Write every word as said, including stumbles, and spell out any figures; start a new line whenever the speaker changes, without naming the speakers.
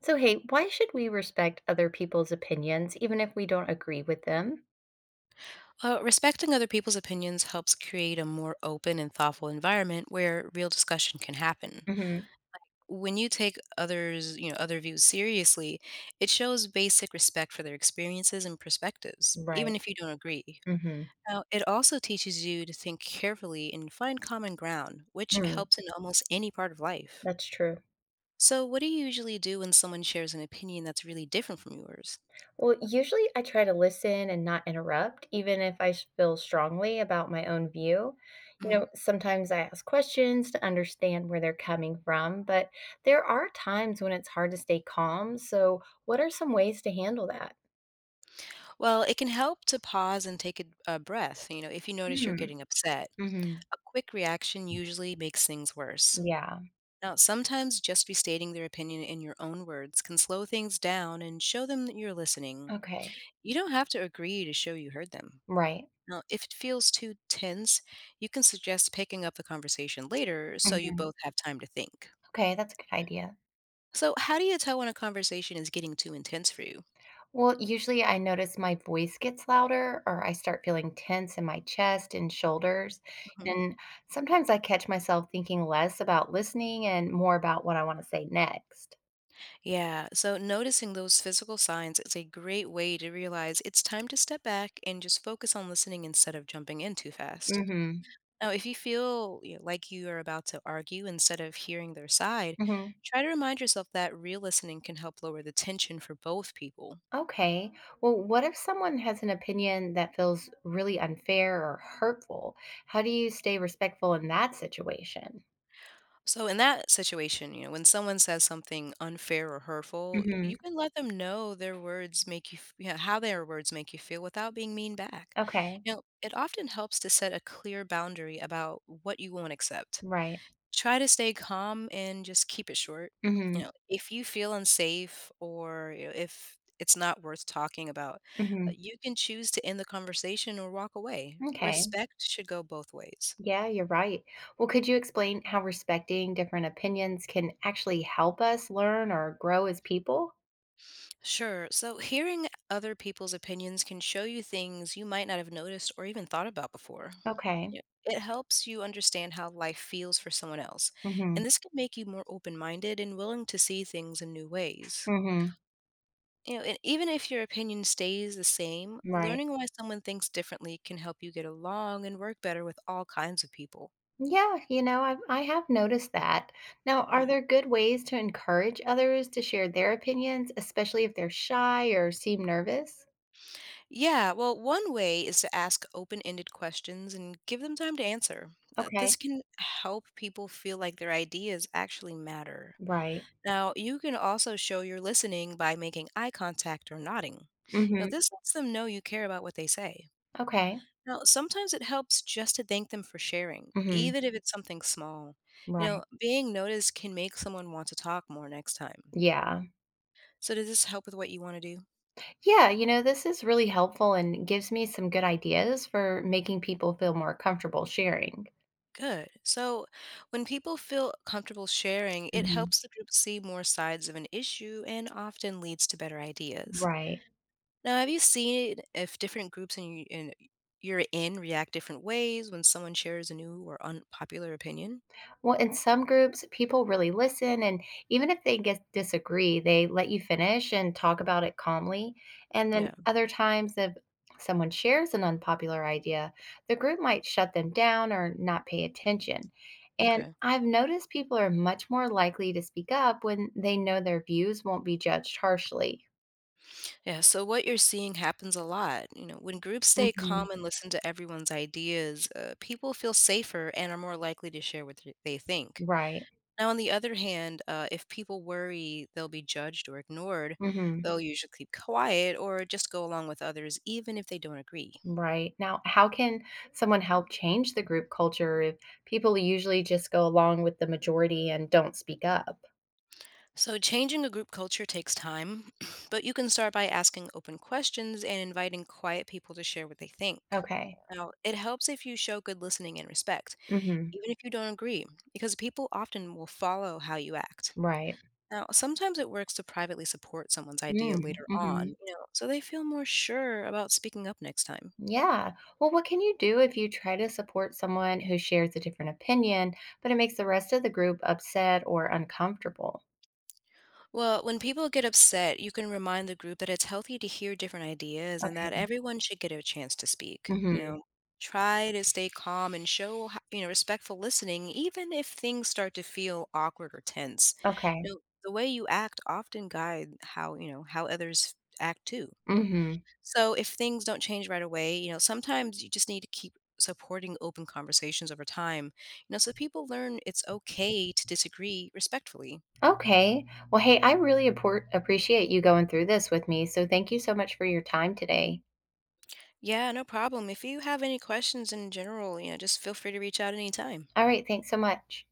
So, hey, why should we respect other people's opinions even if we don't agree with them?
Well, respecting other people's opinions helps create a more open and thoughtful environment where real discussion can happen.
Hmm.
When you take others, you know, other views seriously, it shows basic respect for their experiences and perspectives,
Right.
even if you don't agree.
Hmm.
Now, it also teaches you to think carefully and find common ground, which
Mm,
helps in almost any part of life.
that's true.
So, what do you usually do when someone shares an opinion that's really different from yours?
Well, usually I try to listen and not interrupt, even if I s- feel strongly about my own view. You
Mhm.
know, sometimes I ask questions to understand where they're coming from, but there are times when it's hard to stay calm. So, what are some ways to handle that?
Well, it can help to pause and take a, a breath, you know, if you notice you're getting upset.
Mm-hmm.
A quick reaction usually makes things worse.
Yeah.
Now, sometimes just restating their opinion in your own words can slow things down and show them that you're listening.
Okay.
You don't have to agree to show you heard them.
Right.
Now, if it feels too tense, you can suggest picking up the conversation later so you
Hmm.
both have time to think.
Okay, that's a good idea.
So, how do you tell when a conversation is getting too intense for you?
Well, usually I notice my voice gets louder or I start feeling tense in my chest and shoulders. And sometimes I catch myself thinking less about listening and more about what I want to say next.
Yeah, so noticing those physical signs is a great way to realize it's time to step back and just focus on listening instead of jumping in too fast.
Mhm.
Now, if you feel you know, like you are about to argue instead of hearing their side,
Mhm.
try to remind yourself that real listening can help lower the tension for both people.
Okay. Well, what if someone has an opinion that feels really unfair or hurtful? How do you stay respectful in that situation?
So in that situation, you know, when someone says something unfair or hurtful, you
Mhm.
can let them know their words make you, f- you know, how their words make you feel without being mean back.
Okay.
You know, it often helps to set a clear boundary about what you won't accept.
Right.
Try to stay calm and just keep it short. You
Mhm.
know, if you feel unsafe or you know, if it's not worth talking about, uh,
Mhm.
you can choose to end the conversation or walk away.
Okay.
Respect should go both ways.
Yeah, you're right. Well, could you explain how respecting different opinions can actually help us learn or grow as people?
Sure. So, hearing other people's opinions can show you things you might not have noticed or even thought about before.
Okay.
Yeah. It helps you understand how life feels for someone else, and
Mhm.
this can make you more open minded and willing to see things in new ways.
Mhm.
You know, and even if your opinion stays the same,
Right.
learning why someone thinks differently can help you get along and work better with all kinds of people.
Yeah, you know, I I have noticed that. Now,
Hmm.
are there good ways to encourage others to share their opinions, especially if they're shy or seem nervous?
Yeah, well, one way is to ask open ended questions and give them time to answer. Uh,
Okay.
This can help people feel like their ideas actually matter.
Right.
Now, you can also show you're listening by making eye contact or nodding. Now,
Mhm.
this lets them know you care about what they say.
Okay.
Now, sometimes it helps just to thank them for sharing,
Mhm.
even if it's something small. You
Right.
know, being noticed can make someone want to talk more next time.
Yeah.
So, does this help with what you want to do?
Yeah, you know, this is really helpful and gives me some good ideas for making people feel more comfortable sharing.
Good. So, when people feel comfortable sharing, it
Mhm.
helps the group see more sides of an issue and often leads to better ideas.
Right.
Now, have you seen if different groups in, y- in you're in react different ways when someone shares a new or unpopular opinion?
Well, in some groups, people really listen, and even if they get disagree, they let you finish and talk about it calmly. And then
Yeah,
other times, if someone shares an unpopular idea, the group might shut them down or not pay attention. And
okay.
I've noticed people are much more likely to speak up when they know their views won't be judged harshly.
Yeah, so what you're seeing happens a lot. You know, when groups stay
Hmm.
calm and listen to everyone's ideas, uh, people feel safer and are more likely to share what th- they think.
Right.
Now, on the other hand, uh, if people worry they'll be judged or ignored,
Hmm.
they'll usually keep quiet or just go along with others, even if they don't agree.
Right. Now, how can someone help change the group culture if people usually just go along with the majority and don't speak up?
So, changing a group culture takes time, but you can start by asking open questions and inviting quiet people to share what they think.
Okay.
Now, it helps if you show good listening and respect,
Hmm.
even if you don't agree, because people often will follow how you act.
Right.
Now, sometimes it works to privately support someone's idea later
Mm-hmm.
on, you know, so they feel more sure about speaking up next time.
Yeah. Well, what can you do if you try to support someone who shares a different opinion, but it makes the rest of the group upset or uncomfortable?
Well, when people get upset, you can remind the group that it's healthy to hear different ideas and that
Okay.
everyone should get a chance to speak. You
Hmm.
know, try to stay calm and show, ho- you know, respectful listening, even if things start to feel awkward or tense.
Okay.
You know, the way you act often guide how, you know, how others act too.
Hmm.
So if things don't change right away, you know, sometimes you just need to keep supporting open conversations over time. You know, so people learn it's okay to disagree respectfully.
Okay. Well, hey, I really appor- appreciate you going through this with me. So thank you so much for your time today.
Yeah, no problem. If you have any questions in general, you know, just feel free to reach out anytime.
All right. Thanks so much.